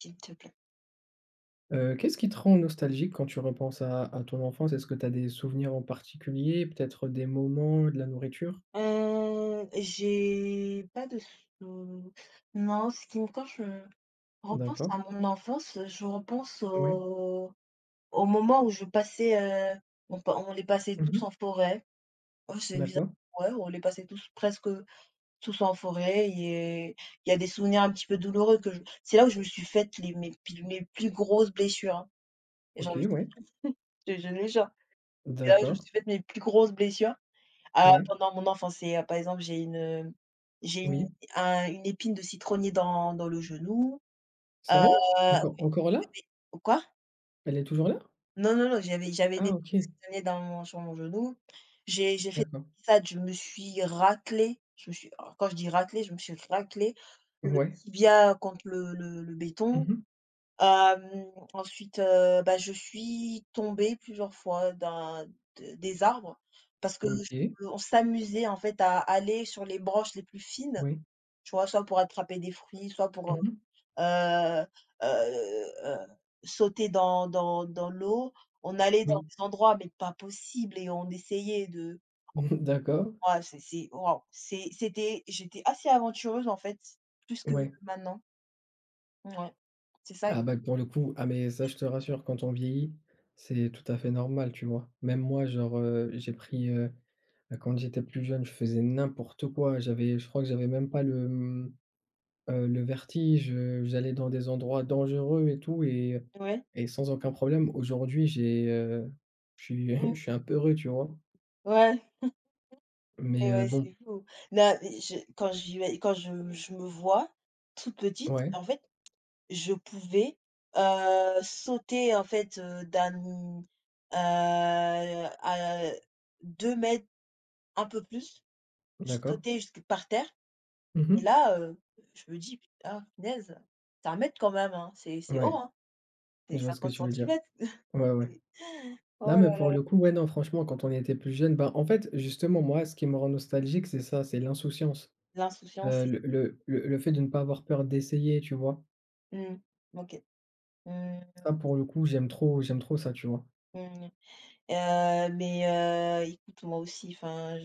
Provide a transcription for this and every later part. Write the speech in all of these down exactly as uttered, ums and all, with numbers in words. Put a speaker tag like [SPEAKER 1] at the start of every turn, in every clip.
[SPEAKER 1] S'il te plaît.
[SPEAKER 2] Heu, qu'est-ce qui te rend nostalgique quand tu repenses à à ton enfance? Est-ce que tu as des souvenirs en particulier, peut-être des moments, de la nourriture?
[SPEAKER 1] Heu, j'ai pas de sou non, ce qui me quand je repense à
[SPEAKER 2] D'accord.
[SPEAKER 1] mon enfance, je repense
[SPEAKER 2] Ouais.
[SPEAKER 1] au au moment où je passais, heu, on pa on les passait tous
[SPEAKER 2] Mmh.
[SPEAKER 1] en forêt. Ouais, c'est bizarre,
[SPEAKER 2] D'accord.
[SPEAKER 1] ouais, on les passait tous presque tous en forêt et il y a des souvenirs un petit peu douloureux que je c'est là où je me suis faite les mes pi mes plus grosses blessures, hein. Et J'ai envie
[SPEAKER 2] OK,
[SPEAKER 1] de
[SPEAKER 2] ouais.
[SPEAKER 1] te Je te jure, c'est là où je me
[SPEAKER 2] D'accord.
[SPEAKER 1] suis faite mes plus grosses blessures. Ah,
[SPEAKER 2] Ouais.
[SPEAKER 1] pendant mon enfance, c'est, heu, par exemple, j'ai une, heu, j'ai une
[SPEAKER 2] Oui.
[SPEAKER 1] un une épine de citronnier dans dans le genou. heu,
[SPEAKER 2] Sérieux? Encore encore là?
[SPEAKER 1] j'avais quoi?
[SPEAKER 2] Elle est toujours là?
[SPEAKER 1] Non, non, non, j'avais j'avais des
[SPEAKER 2] Ah
[SPEAKER 1] de
[SPEAKER 2] OK,
[SPEAKER 1] citronnier dans mon sur mon genou. J'ai j'ai fait
[SPEAKER 2] d'accord.
[SPEAKER 1] ça Je me suis raclée, je me suis alors quand je dis raclée, je me suis raclée le
[SPEAKER 2] Ouais.
[SPEAKER 1] tibia contre le le le béton.
[SPEAKER 2] Mmh.
[SPEAKER 1] Hem, ensuite, heu, bah, je suis tombée plusieurs fois d'un de des arbres parce que
[SPEAKER 2] OK.
[SPEAKER 1] je on s'amusait, en fait, à aller sur les branches les plus fines,
[SPEAKER 2] Oui.
[SPEAKER 1] tu vois? Soit pour attraper des fruits, soit pour, heu
[SPEAKER 2] Mmh.
[SPEAKER 1] heu heu, sauter dans dans dans l'eau. On allait dans
[SPEAKER 2] Oui.
[SPEAKER 1] des endroits, mais pas possible et on essayait de
[SPEAKER 2] D'accord.
[SPEAKER 1] ouais, c'est c'est waouh, c'est c'était j'étais assez aventureuse, en fait, plus que
[SPEAKER 2] Ouais.
[SPEAKER 1] maintenant. Ouais, c'est ça.
[SPEAKER 2] Ah bah, pour le coup, ah mais ça, je te rassure, quand on vieillit, c'est tout à fait normal, tu vois? Même moi, genre, heu, j'ai pris, euh, bah, quand j'étais plus jeune, je faisais n'importe quoi. J'avais Je crois que j'avais même pas le, mmh, heu, le vertige, heu, j'allais dans des endroits dangereux et tout et
[SPEAKER 1] Ouais.
[SPEAKER 2] et sans aucun problème. Aujourd'hui, j'ai, heu, je suis
[SPEAKER 1] Mmh.
[SPEAKER 2] je suis un peu heureux, tu vois?
[SPEAKER 1] Ouais.
[SPEAKER 2] Mais
[SPEAKER 1] Et
[SPEAKER 2] heu,
[SPEAKER 1] ouais,
[SPEAKER 2] bon,
[SPEAKER 1] c'est fou. Non, mais je quand je vivais quand je je me vois toute petite,
[SPEAKER 2] ouais,
[SPEAKER 1] en fait, je pouvais, heu, sauter, en fait, heu, d'un, heu, à deux mètres m, un peu plus, je
[SPEAKER 2] d'accord.
[SPEAKER 1] sautais jusque par terre et
[SPEAKER 2] Mmh.
[SPEAKER 1] là, heu, je me dis: «Ah punaise, c'est un mètre m quand même, hein, c'est c'est haut,
[SPEAKER 2] Ouais,
[SPEAKER 1] hein, c'est
[SPEAKER 2] je vois ce que
[SPEAKER 1] cinquante
[SPEAKER 2] tu veux dire.
[SPEAKER 1] centimètres
[SPEAKER 2] Ouais, ouais. Non,
[SPEAKER 1] Oh
[SPEAKER 2] mais
[SPEAKER 1] là
[SPEAKER 2] pour
[SPEAKER 1] là,
[SPEAKER 2] le coup, ouais, non, franchement, quand on était plus jeune, bah, en fait, justement, moi, ce qui me rend nostalgique, c'est ça, c'est l'insouciance.
[SPEAKER 1] l'insouciance,
[SPEAKER 2] Heu,
[SPEAKER 1] c'est
[SPEAKER 2] le le le le fait de ne pas avoir peur d'essayer, tu vois?
[SPEAKER 1] mmh, OK. Mmh,
[SPEAKER 2] Ça pour le coup, j'aime trop j'aime trop ça, tu vois?
[SPEAKER 1] mmh, heu, mais heu, écoute, moi aussi, enfin,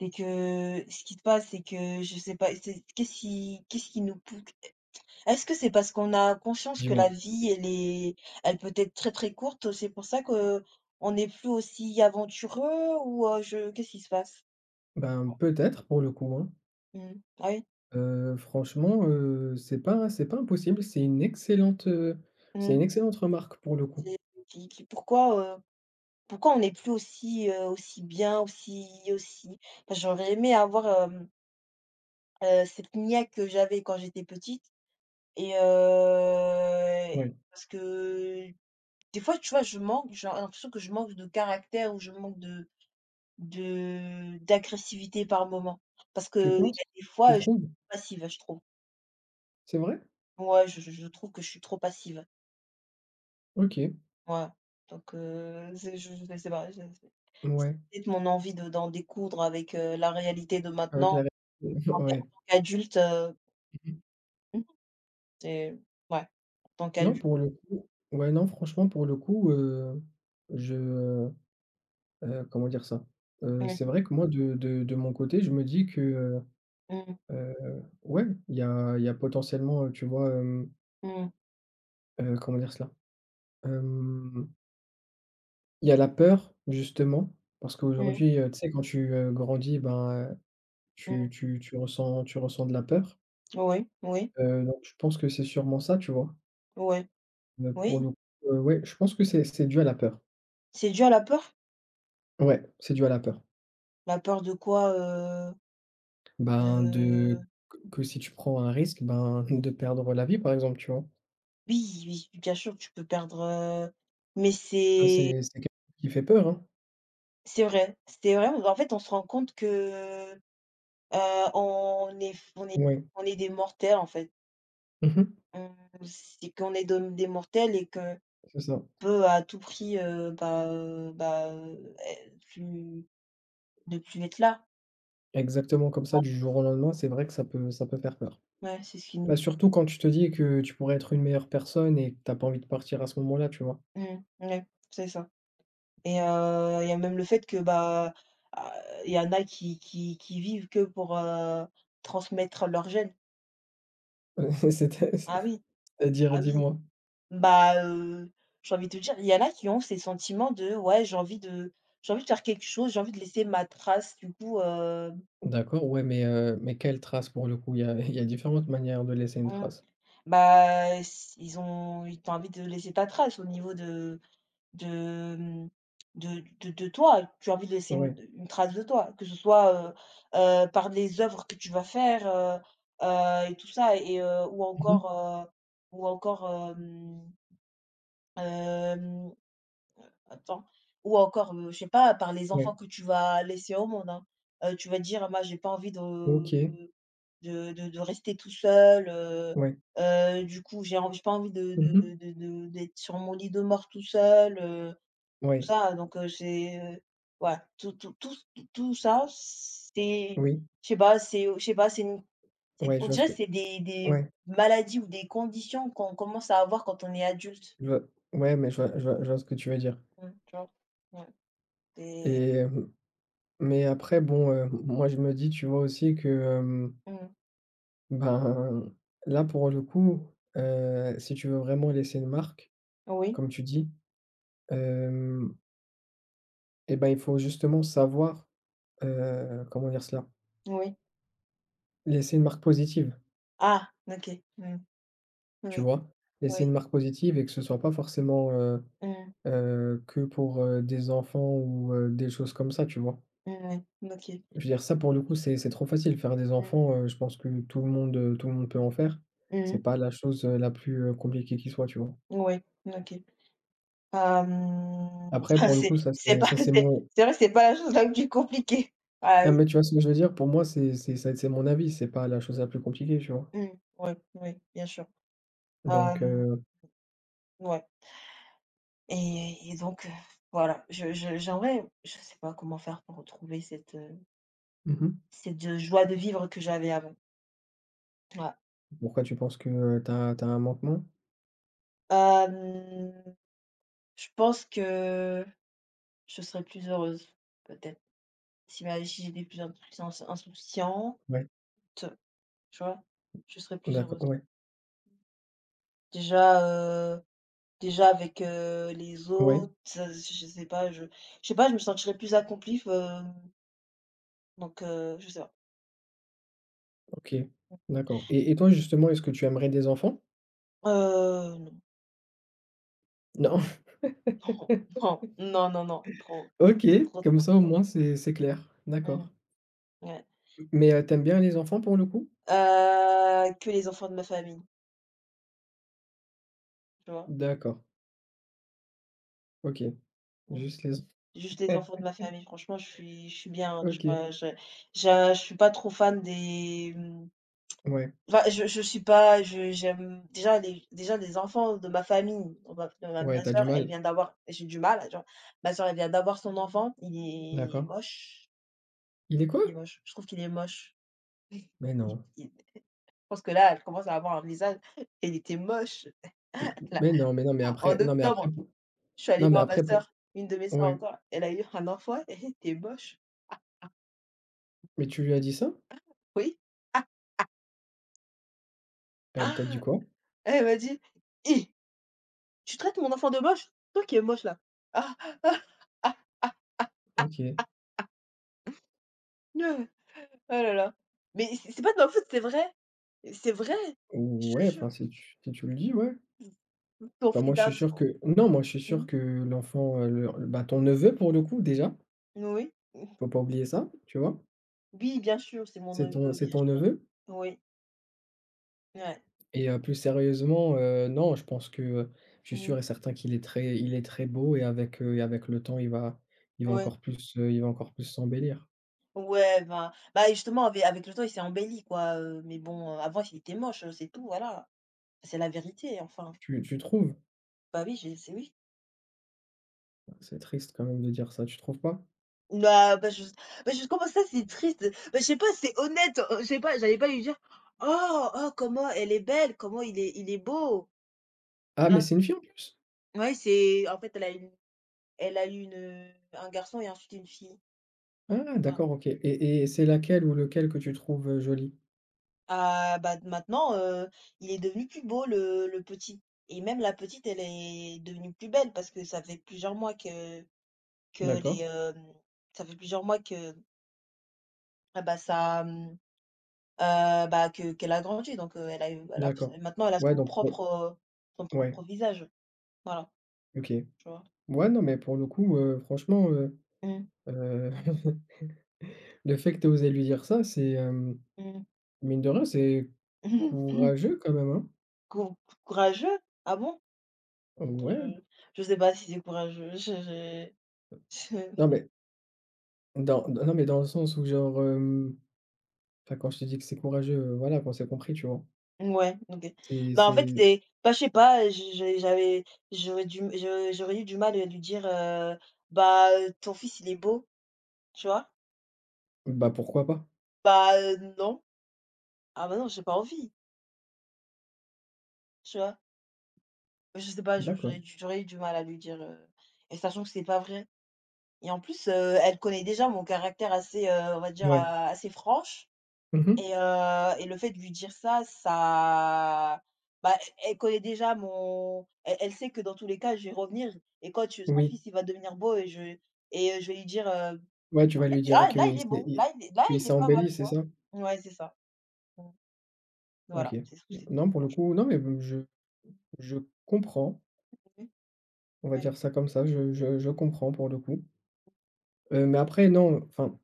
[SPEAKER 1] c'est que ce qui se passe, c'est que je sais pas, c'est qu'est-ce qui qu'est-ce qui nous pou est-ce que c'est parce qu'on a conscience que la
[SPEAKER 2] Dis-moi.
[SPEAKER 1] vie, elle est elle peut être très, très courte, c'est pour ça que on n'est plus aussi aventureux ou heu, je qu'est-ce qui se passe?
[SPEAKER 2] Ben, peut-être pour le coup, hein.
[SPEAKER 1] Mmh. Ah oui?
[SPEAKER 2] Heu, franchement, heu, c'est pas c'est pas impossible, c'est une excellente, heu, c'est une
[SPEAKER 1] Mmh.
[SPEAKER 2] excellente remarque pour le coup.
[SPEAKER 1] C'est qui qui pourquoi, heu, Pourquoi on n'est plus aussi, heu, aussi bien, aussi aussi enfin, j'aurais aimé avoir, hem, heu, cette niaque que j'avais quand j'étais petite et heu,
[SPEAKER 2] Ouais.
[SPEAKER 1] parce que Des fois, tu vois, je manque j'ai l'impression que je manque de caractère ou je manque de de d'agressivité par moment. Parce qu'il
[SPEAKER 2] Tu
[SPEAKER 1] y a
[SPEAKER 2] penses?
[SPEAKER 1] des
[SPEAKER 2] Tu
[SPEAKER 1] fois, je suis
[SPEAKER 2] trouves?
[SPEAKER 1] passive, je trouve.
[SPEAKER 2] C'est vrai?
[SPEAKER 1] Ouais, je je je trouve que je suis trop passive.
[SPEAKER 2] OK.
[SPEAKER 1] Ouais. Donc heu, c'est je je sais pas, je c'est c'est
[SPEAKER 2] Ouais,
[SPEAKER 1] peut-être mon envie de d'en découdre avec, heu, la réalité de
[SPEAKER 2] avec
[SPEAKER 1] maintenant en
[SPEAKER 2] la
[SPEAKER 1] tant
[SPEAKER 2] ouais.
[SPEAKER 1] qu'adulte, heu, mmh c'est ouais, en tant
[SPEAKER 2] Non,
[SPEAKER 1] qu'adulte.
[SPEAKER 2] pour le coup, ouais, non, franchement, pour le coup, heu, je, heu, comment dire ça? Heu,
[SPEAKER 1] Mmh,
[SPEAKER 2] c'est vrai que moi de de de mon côté, je me dis que, heu.
[SPEAKER 1] mmh,
[SPEAKER 2] Heu, ouais, il y a il y a potentiellement, heu, tu vois, hem,
[SPEAKER 1] mmh,
[SPEAKER 2] heu, comment dire cela? Hem, il y a la peur justement, parce
[SPEAKER 1] mmh,
[SPEAKER 2] qu'aujourd'hui, heu, tu sais quand tu, heu, grandis, ben, heu,
[SPEAKER 1] mmh.
[SPEAKER 2] tu tu tu ressens tu ressens de la peur,
[SPEAKER 1] Oui, oui,
[SPEAKER 2] heu, donc je pense que c'est sûrement ça, tu vois?
[SPEAKER 1] oui,
[SPEAKER 2] Heu, pour le
[SPEAKER 1] oui.
[SPEAKER 2] coup, heu, ouais, je pense que c'est c'est dû à la peur.
[SPEAKER 1] C'est dû à la peur?
[SPEAKER 2] Ouais, c'est dû à la peur.
[SPEAKER 1] La peur de quoi, heu?
[SPEAKER 2] Ben,
[SPEAKER 1] Heu,
[SPEAKER 2] de que que si tu prends un risque, ben, de perdre la vie par exemple, tu vois?
[SPEAKER 1] oui, oui, bien sûr, tu peux perdre, heu, mais
[SPEAKER 2] Ouais,
[SPEAKER 1] c'est
[SPEAKER 2] c'est c'est quelque chose qui fait peur, hein.
[SPEAKER 1] c'est vrai, c'est vrai, en fait, on se rend compte que, heu, on est on est
[SPEAKER 2] Ouais.
[SPEAKER 1] on est des mortels, en fait.
[SPEAKER 2] Mmh mh.
[SPEAKER 1] On C'est qu'on est dom des mortels et qu'on
[SPEAKER 2] C'est ça.
[SPEAKER 1] peut à tout prix, heu, bah, heu, bah, heu, ê plus ne plus être là.
[SPEAKER 2] Exactement comme ça, du jour au lendemain, c'est vrai que ça peut ça peut faire peur.
[SPEAKER 1] Ouais, c'est ce qui nous
[SPEAKER 2] Bah, surtout quand tu te dis que tu pourrais être une meilleure personne et que tu pas envie de partir à ce moment-là, tu vois?
[SPEAKER 1] mmh, ouais, c'est ça et heu, il y a même le fait que, bah, ah, il y en a qui qui qui vivent que pour, heu, transmettre leurs gènes.
[SPEAKER 2] C'était
[SPEAKER 1] Ah oui,
[SPEAKER 2] c'est-à-dire,
[SPEAKER 1] ah oui.
[SPEAKER 2] dis-moi?
[SPEAKER 1] Bah, heu, j'ai envie de te dire, il y en a qui ont ces sentiments de: «Ouais, j'ai envie de j'ai envie de faire quelque chose, j'ai envie de laisser ma trace». Du coup, heu,
[SPEAKER 2] D'accord, ouais, mais heu, mais quelle trace pour le coup? Il y a il y a différentes manières de laisser une
[SPEAKER 1] mmh,
[SPEAKER 2] trace.
[SPEAKER 1] bah, s ils ont ils t'ont envie de laisser ta trace au niveau de de, mmh, de de de toi. Tu as envie de laisser une
[SPEAKER 2] Ouais.
[SPEAKER 1] une trace de toi, que ce soit, heu heu, par les œuvres que tu vas faire, heu heu et tout ça et heu, ou
[SPEAKER 2] Mmh.
[SPEAKER 1] encore, heu, ou encore, hem, hem attends. Ou encore, heu, je sais pas, par les
[SPEAKER 2] Ouais.
[SPEAKER 1] enfants que tu vas laisser au monde, hein. Heu, tu vas dire: «Moi, j'ai pas envie de
[SPEAKER 2] OK.
[SPEAKER 1] de de de rester tout seul, heu
[SPEAKER 2] Ouais.
[SPEAKER 1] heu, du coup, j'ai env j'ai pas envie de de
[SPEAKER 2] Mmh.
[SPEAKER 1] de de de d'être sur mon lit de mort tout seul, heu», tout
[SPEAKER 2] Ouais.
[SPEAKER 1] ça, donc heu, c'est, heu, ouais, tout tout tout s tout ça, c'est
[SPEAKER 2] Oui.
[SPEAKER 1] je sais pas, c'est je sais pas, c'est une c'est
[SPEAKER 2] Ouais, je
[SPEAKER 1] on
[SPEAKER 2] vois ce
[SPEAKER 1] dirait
[SPEAKER 2] que
[SPEAKER 1] que c'est des des
[SPEAKER 2] ouais,
[SPEAKER 1] maladies ou des conditions qu'on commence à avoir quand on est adulte.
[SPEAKER 2] je vois ouais, mais je vois je vois je vois ce que tu veux dire
[SPEAKER 1] Mmh, tu vois? Ouais, c'est
[SPEAKER 2] et hem, mais après bon, heu, moi je me dis, tu vois aussi que,
[SPEAKER 1] mmh.
[SPEAKER 2] ben, là, pour le coup, heu, si tu veux vraiment laisser une marque,
[SPEAKER 1] Oui,
[SPEAKER 2] comme tu dis, hem et ben, il faut justement savoir, heu, comment dire cela?
[SPEAKER 1] oui.
[SPEAKER 2] Laisser une marque positive,
[SPEAKER 1] Ah! OK. Mmh.
[SPEAKER 2] tu
[SPEAKER 1] Oui,
[SPEAKER 2] vois? Laisser
[SPEAKER 1] oui.
[SPEAKER 2] une marque positive et que ce soit pas forcément, heu
[SPEAKER 1] Mmh.
[SPEAKER 2] heu, que pour, heu, des enfants ou, heu, des choses comme ça, tu vois?
[SPEAKER 1] Mmh, oui. OK.
[SPEAKER 2] Je veux dire ça pour le coup, c'est c'est trop facile. Faire des
[SPEAKER 1] Mmh.
[SPEAKER 2] enfants, heu, je pense que tout le monde, heu, tout le monde peut en faire.
[SPEAKER 1] Mmh
[SPEAKER 2] C'est
[SPEAKER 1] mh.
[SPEAKER 2] pas la chose, heu, la plus, heu, compliquée qui soit, tu vois?
[SPEAKER 1] Ouais. OK. Hem,
[SPEAKER 2] Après pour le
[SPEAKER 1] c'est
[SPEAKER 2] coup, ça
[SPEAKER 1] c'est
[SPEAKER 2] c'est
[SPEAKER 1] pas
[SPEAKER 2] ça c'est
[SPEAKER 1] c'est
[SPEAKER 2] mon.
[SPEAKER 1] c'est vrai, c'est pas la chose la plus compliquée. Ah
[SPEAKER 2] Non,
[SPEAKER 1] oui.
[SPEAKER 2] mais tu vois ce que je veux dire? Pour moi, c'est c'est ça c'est mon avis, c'est pas la chose la plus compliquée, tu vois?
[SPEAKER 1] Mmh. Oui, oui, bien sûr.
[SPEAKER 2] Donc
[SPEAKER 1] Hem,
[SPEAKER 2] heu
[SPEAKER 1] ouais, et et donc, heu, voilà, je je j'aimerais je sais pas comment faire pour retrouver cette, heu,
[SPEAKER 2] mmh mh.
[SPEAKER 1] cette, heu, joie de vivre que j'avais avant. Ouais.
[SPEAKER 2] Pourquoi tu penses que, heu, tu as tu as un manquement?
[SPEAKER 1] Hem, je pense que je serais plus heureuse, peut-être. Si ma si j'étais plus insouciance insouciante,
[SPEAKER 2] Ouais,
[SPEAKER 1] tu vois? Je serais plus
[SPEAKER 2] d'accord,
[SPEAKER 1] heureuse.
[SPEAKER 2] ouais,
[SPEAKER 1] Déjà, heu, déjà avec, heu, les
[SPEAKER 2] ouais,
[SPEAKER 1] autres, heu, je sais pas, je je sais pas, je me sentirais plus accomplie, f hem, donc heu, je sais pas.
[SPEAKER 2] OK, d'accord, et et toi, justement, est-ce que tu aimerais des enfants?
[SPEAKER 1] Heu, non,
[SPEAKER 2] Non?
[SPEAKER 1] non, non, non, non, trop,
[SPEAKER 2] OK,
[SPEAKER 1] trop,
[SPEAKER 2] comme
[SPEAKER 1] trop,
[SPEAKER 2] ça, au
[SPEAKER 1] trop.
[SPEAKER 2] moins, c'est c'est clair,
[SPEAKER 1] Mmh,
[SPEAKER 2] d'accord.
[SPEAKER 1] ouais.
[SPEAKER 2] Mais heu, tu aimes bien les enfants, pour le coup?
[SPEAKER 1] Heu, que les enfants de ma famille, tu vois?
[SPEAKER 2] D'accord, OK,
[SPEAKER 1] Mmh.
[SPEAKER 2] juste les
[SPEAKER 1] Juste les
[SPEAKER 2] enf.
[SPEAKER 1] enfants de ma famille, franchement, je suis je suis bien, tu
[SPEAKER 2] OK,
[SPEAKER 1] vois? Je je je suis pas trop fan des, mmh.
[SPEAKER 2] ouais,
[SPEAKER 1] Enfin, je je suis pas je j'aime déjà les déjà les enfants de ma famille, on va de ma
[SPEAKER 2] ouais,
[SPEAKER 1] ma
[SPEAKER 2] tu as du
[SPEAKER 1] sœur, elle
[SPEAKER 2] mal?
[SPEAKER 1] vient d'avoir j'ai du mal, genre, ma sœur, elle vient d'avoir son enfant, il est
[SPEAKER 2] D'accord.
[SPEAKER 1] moche,
[SPEAKER 2] Il est quoi?
[SPEAKER 1] il est moche, je trouve qu'il est moche. Il
[SPEAKER 2] Mais non,
[SPEAKER 1] il Je pense que là, elle commence à avoir un visage, elle était moche.
[SPEAKER 2] m
[SPEAKER 1] Là,
[SPEAKER 2] mais non, mais non, mais
[SPEAKER 1] en
[SPEAKER 2] après non, mais après
[SPEAKER 1] octobre,
[SPEAKER 2] pour
[SPEAKER 1] je suis allée
[SPEAKER 2] non, mais
[SPEAKER 1] voir ma
[SPEAKER 2] après pour
[SPEAKER 1] sœur, une de mes sœurs
[SPEAKER 2] ouais.
[SPEAKER 1] encore, elle a eu un enfant, elle était moche».
[SPEAKER 2] Mais tu lui as dit ça?
[SPEAKER 1] Oui. Ah,
[SPEAKER 2] Elle
[SPEAKER 1] ah,
[SPEAKER 2] t'a dit quoi?
[SPEAKER 1] Elle m'a dit: «Hi, tu traites mon enfant de moche? Toi qui es moche là». Ah! Ah!
[SPEAKER 2] OK.
[SPEAKER 1] Ah! Oh là là. Mais c'est c'est pas de ma faute, c'est vrai. C'est vrai, je
[SPEAKER 2] Ouais,
[SPEAKER 1] te jure.
[SPEAKER 2] enfin, si tu si tu le dis, ouais.
[SPEAKER 1] Mmh. Ton
[SPEAKER 2] Enfin,
[SPEAKER 1] fils
[SPEAKER 2] moi, je suis sûr que
[SPEAKER 1] d'absent.
[SPEAKER 2] non, moi, je suis
[SPEAKER 1] Mmh.
[SPEAKER 2] sûr que l'enfant, heu, le le- bah, ton neveu, pour le coup, déjà,
[SPEAKER 1] Oui.
[SPEAKER 2] faut pas oublier ça, tu vois?
[SPEAKER 1] Oui, bien sûr, c'est mon
[SPEAKER 2] C'est ton
[SPEAKER 1] neveu,
[SPEAKER 2] c'est
[SPEAKER 1] bien
[SPEAKER 2] ton
[SPEAKER 1] sûr.
[SPEAKER 2] neveu,
[SPEAKER 1] Oui, ouais.
[SPEAKER 2] et heu, plus sérieusement, heu, non, je pense que, heu, je suis
[SPEAKER 1] Mmh.
[SPEAKER 2] sûr et certain qu'il est très il est très beau et avec, heu, et avec le temps, il va il va
[SPEAKER 1] Ouais.
[SPEAKER 2] encore plus, heu, il va encore plus s'embellir.
[SPEAKER 1] Ouais, bah bah, justement ave avec le temps, il s'est embelli quoi, heu, mais bon, heu, avant il était moche, heu, c'est tout, voilà. C'est la vérité, enfin.
[SPEAKER 2] Tu tu trouves?
[SPEAKER 1] Bah oui, j'ai c'est oui.
[SPEAKER 2] C'est triste quand même de dire ça, tu trouves pas?
[SPEAKER 1] Bah bah, je Bah, je comment ça c'est triste? Bah, je sais pas, c'est honnête, heu, je sais pas, j'allais pas lui dire: «Oh! Oh comment elle est belle, comment il est il est beau!»
[SPEAKER 2] Ah, mais
[SPEAKER 1] hein».
[SPEAKER 2] c'est une fille en plus?
[SPEAKER 1] Ouais, c'est en fait, elle a une elle a eu une, un garçon et ensuite une fille.
[SPEAKER 2] Ah
[SPEAKER 1] Ah.
[SPEAKER 2] d'accord, OK, et et c'est laquelle ou lequel que tu trouves, heu, joli?
[SPEAKER 1] Ah bah, maintenant, heu, il est devenu plus beau le le petit et même la petite, elle est devenue plus belle parce que ça fait plusieurs mois que que les,
[SPEAKER 2] D'accord,
[SPEAKER 1] hem, ça fait plusieurs mois que, ah bah, ça, mmh, euh, bah, que qu'elle a grandi donc heu, elle a eu elle a
[SPEAKER 2] d'accord.
[SPEAKER 1] maintenant elle a
[SPEAKER 2] Ouais
[SPEAKER 1] son
[SPEAKER 2] donc pour
[SPEAKER 1] propre, heu, son
[SPEAKER 2] ouais,
[SPEAKER 1] propre visage. Voilà,
[SPEAKER 2] OK.
[SPEAKER 1] tu vois?
[SPEAKER 2] Ouais, non, mais pour le coup, heu, franchement, heu
[SPEAKER 1] Mmh.
[SPEAKER 2] heu, le fait que tu osé lui dire ça, c'est, hem,
[SPEAKER 1] Mmh.
[SPEAKER 2] mine de rien, c'est courageux quand même, hein?
[SPEAKER 1] Cou Courageux! Ah bon? Je
[SPEAKER 2] Ouais.
[SPEAKER 1] je sais pas si c'est courageux, je j'ai je
[SPEAKER 2] Non, mais dans non, mais dans le sens où genre, hem, enfin, quand je te dis que c'est courageux, heu, voilà, qu'on s'est compris, tu vois?
[SPEAKER 1] ouais, OK.
[SPEAKER 2] C'est
[SPEAKER 1] Bah, en fait,
[SPEAKER 2] c'est
[SPEAKER 1] c'est bah, je sais pas, je j'ai j'avais j'aurais dû je j'aurais eu du mal à lui dire, heu: «Bah, ton fils, il est beau», tu vois?
[SPEAKER 2] bah, pourquoi pas?
[SPEAKER 1] Bah, heu, non. Ah bah, non, j'ai pas envie, tu vois? Je sais pas, je
[SPEAKER 2] D'accord.
[SPEAKER 1] j'aurais dû j'aurais eu du mal à lui dire, heu et sachant que c'est pas vrai et en plus, heu, elle connaît déjà mon caractère assez, heu, on va dire,
[SPEAKER 2] Ouais.
[SPEAKER 1] a assez franche.
[SPEAKER 2] Mmh.
[SPEAKER 1] Et heu et le fait de lui dire ça, ça bah, elle elle connaît déjà mon elle elle sait que dans tous les cas, je vais revenir et quand je son
[SPEAKER 2] Oui.
[SPEAKER 1] fils, il va devenir beau et je et heu, je vais lui dire, heu:
[SPEAKER 2] Ouais, tu
[SPEAKER 1] «En
[SPEAKER 2] vas
[SPEAKER 1] fait,
[SPEAKER 2] lui dire
[SPEAKER 1] ah là, il
[SPEAKER 2] qu'il
[SPEAKER 1] est
[SPEAKER 2] s'est
[SPEAKER 1] beau,
[SPEAKER 2] i
[SPEAKER 1] là, il est là,
[SPEAKER 2] qu'il
[SPEAKER 1] il
[SPEAKER 2] s'est
[SPEAKER 1] est pas mal»,
[SPEAKER 2] embelli,
[SPEAKER 1] tu
[SPEAKER 2] c'est
[SPEAKER 1] vois?
[SPEAKER 2] ça?
[SPEAKER 1] Ouais, c'est ça. Mmh.
[SPEAKER 2] OK.
[SPEAKER 1] Voilà, c'est tout, c'est tout,
[SPEAKER 2] Non, pour le
[SPEAKER 1] franchement.
[SPEAKER 2] coup, non, mais je je comprends,
[SPEAKER 1] Oui,
[SPEAKER 2] on va
[SPEAKER 1] ouais.
[SPEAKER 2] dire ça comme ça, je je je comprends pour le coup, heu, mais après non, enfin,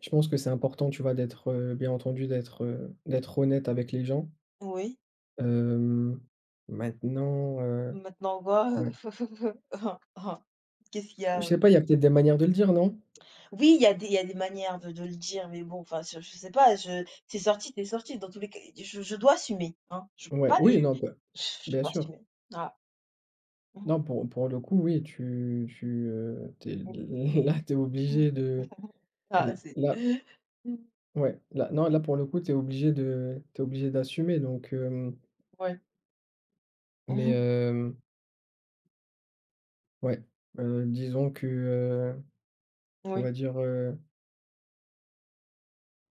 [SPEAKER 2] je pense que c'est important, tu vois, d'être, heu, bien entendu, d'être, heu, d'être honnête avec les gens.
[SPEAKER 1] Oui,
[SPEAKER 2] Hem, Maintenant, heu,
[SPEAKER 1] maintenant quoi?
[SPEAKER 2] ouais,
[SPEAKER 1] Qu'est-ce qu'il y
[SPEAKER 2] je
[SPEAKER 1] a?
[SPEAKER 2] sais pas, il y a peut-être des manières de le dire, non?
[SPEAKER 1] Oui, il y a des il y a des manières de de le dire, mais bon, enfin, je je sais pas, je c'est sorti, c'est sorti dans tous les cas, je je dois assumer, hein. Je peux
[SPEAKER 2] Ouais,
[SPEAKER 1] pas le
[SPEAKER 2] oui, non, bah,
[SPEAKER 1] je je
[SPEAKER 2] bien
[SPEAKER 1] dois
[SPEAKER 2] sûr.
[SPEAKER 1] assumer. Voilà. Mmh
[SPEAKER 2] Non, pour pour le coup, oui, tu tu, heu, tu
[SPEAKER 1] mh.
[SPEAKER 2] là, t'es
[SPEAKER 1] Mmh.
[SPEAKER 2] obligé de
[SPEAKER 1] Ah, c'est
[SPEAKER 2] là,
[SPEAKER 1] Mmh,
[SPEAKER 2] ouais, là, non, là, pour le coup, t'es obligé de t'es obligé d'assumer donc.
[SPEAKER 1] ouais.
[SPEAKER 2] Mais
[SPEAKER 1] Mmh.
[SPEAKER 2] hem, ouais, heu, disons que, heu, on
[SPEAKER 1] Oui.
[SPEAKER 2] va dire, heu,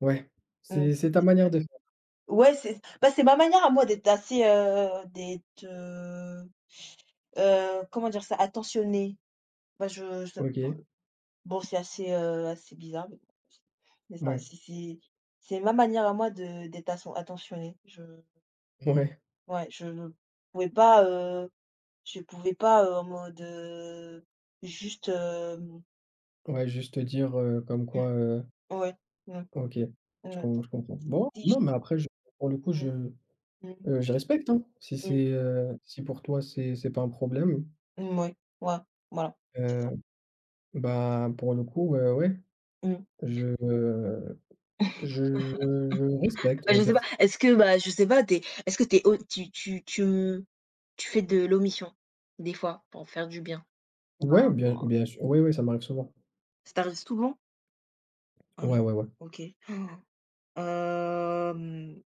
[SPEAKER 2] ouais,
[SPEAKER 1] Mmh.
[SPEAKER 2] c'est c'est ta
[SPEAKER 1] Qu'est-ce qu'il y
[SPEAKER 2] manière
[SPEAKER 1] a?
[SPEAKER 2] de faire.
[SPEAKER 1] Ouais, c'est bah, c'est ma manière à moi d'être assez, heu, d'être, heu heu, comment dire ça? Attentionnée. Bah, je je
[SPEAKER 2] OK,
[SPEAKER 1] bon, c'est assez, heu, assez bizarre, mais bon, c'est ça,
[SPEAKER 2] ouais,
[SPEAKER 1] c'est c'est c'est ma manière à moi de d'être atten attentionnée. Je
[SPEAKER 2] ouais,
[SPEAKER 1] Ouais, je ne pouvais pas, heu, je pouvais pas, heu, en mode, heu, juste, hem
[SPEAKER 2] ouais, juste dire, heu, comme
[SPEAKER 1] Mmh.
[SPEAKER 2] quoi, heu,
[SPEAKER 1] Ouais, mmh,
[SPEAKER 2] OK,
[SPEAKER 1] mmh,
[SPEAKER 2] je com
[SPEAKER 1] attends.
[SPEAKER 2] je comprends. Bon,
[SPEAKER 1] Si j
[SPEAKER 2] non, mais après je pour le coup, je,
[SPEAKER 1] Mmh mh.
[SPEAKER 2] heu, je respecte, hein. Si
[SPEAKER 1] Mmh,
[SPEAKER 2] c'est, heu, si pour toi c'est c'est pas un problème,
[SPEAKER 1] mmh, ouais, ouais, voilà, c'est
[SPEAKER 2] heu,
[SPEAKER 1] ça.
[SPEAKER 2] bah, pour le coup, heu, ouais,
[SPEAKER 1] Mmh.
[SPEAKER 2] je euh, je je respecte, on
[SPEAKER 1] Bah,
[SPEAKER 2] va
[SPEAKER 1] je sais
[SPEAKER 2] dire.
[SPEAKER 1] pas, est-ce que, bah, je sais pas, t'es est-ce que t'es es tu tu tu, mmh, tu fais de l'omission, des fois, pour faire du bien?
[SPEAKER 2] Ouais,
[SPEAKER 1] Ah
[SPEAKER 2] bien
[SPEAKER 1] bah
[SPEAKER 2] bien sûr, ouais, oui, ça m'arrive souvent.
[SPEAKER 1] Ça t'arrive souvent? Ah
[SPEAKER 2] Ouais,
[SPEAKER 1] non,
[SPEAKER 2] ouais, ouais.
[SPEAKER 1] OK. Hem,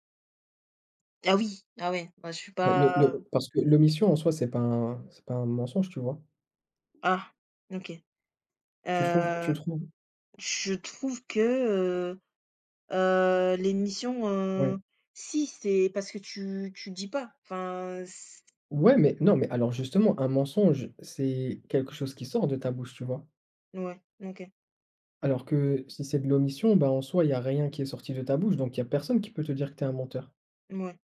[SPEAKER 1] ah oui, ah ouais, bah, je suis
[SPEAKER 2] Bah, le
[SPEAKER 1] pas,
[SPEAKER 2] le parce que l'omission en soi, c'est pas un c'est pas un mensonge, tu vois?
[SPEAKER 1] ah, OK.
[SPEAKER 2] Tu trouves tu
[SPEAKER 1] Heu
[SPEAKER 2] trouves?
[SPEAKER 1] Je trouve que, heu heu, l'émission,
[SPEAKER 2] Ouais.
[SPEAKER 1] heu, si, c'est parce que tu tu dis pas. Enfin, c
[SPEAKER 2] Ouais, mais non, mais alors justement, un mensonge, c'est quelque chose qui sort de ta bouche, tu vois?
[SPEAKER 1] ouais, OK.
[SPEAKER 2] Alors que si c'est de l'omission, bah, en soi, il y a rien qui est sorti de ta bouche, donc il y a personne qui peut te dire que tu es un menteur.
[SPEAKER 1] Ouais,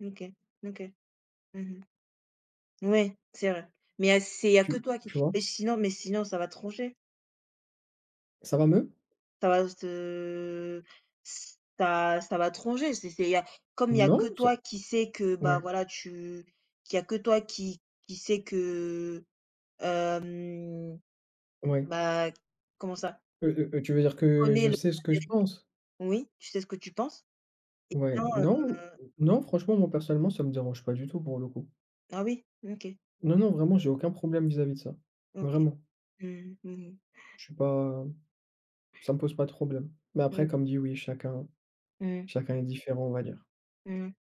[SPEAKER 1] OK, OK. Mmh. Ouais, c'est vrai. Mais à c'est il y a que
[SPEAKER 2] Tu
[SPEAKER 1] toi qui
[SPEAKER 2] tu vois?
[SPEAKER 1] et sinon mais sinon ça va te
[SPEAKER 2] Ça va mieux?
[SPEAKER 1] Ça va te ça ça va te C'est c'est il y a comme il y a
[SPEAKER 2] Non,
[SPEAKER 1] que
[SPEAKER 2] ça
[SPEAKER 1] toi qui sais que, bah,
[SPEAKER 2] ouais,
[SPEAKER 1] voilà, tu qu'il y a que toi qui qui sais que, hem,
[SPEAKER 2] ouais.
[SPEAKER 1] bah, comment ça?
[SPEAKER 2] Heu, heu, heu, tu veux dire que
[SPEAKER 1] Connais
[SPEAKER 2] je
[SPEAKER 1] le
[SPEAKER 2] sais ce que je pense?
[SPEAKER 1] Oui, tu sais ce que tu penses?
[SPEAKER 2] Ouais,
[SPEAKER 1] Bien, heu
[SPEAKER 2] non, non, franchement, moi, personnellement, ça me dérange pas du tout pour le coup.
[SPEAKER 1] ah oui? OK,
[SPEAKER 2] Non, non, vraiment, j'ai aucun problème vis-à-vis de ça.
[SPEAKER 1] OK.
[SPEAKER 2] Vraiment.
[SPEAKER 1] Mmh mh.
[SPEAKER 2] Je suis pas. Ça me pose pas de problème. Mais
[SPEAKER 1] Mmh
[SPEAKER 2] après,
[SPEAKER 1] mh.
[SPEAKER 2] comme dit, oui, chacun
[SPEAKER 1] Mmh. Mmh.
[SPEAKER 2] chacun est différent, on va dire.
[SPEAKER 1] Mmh.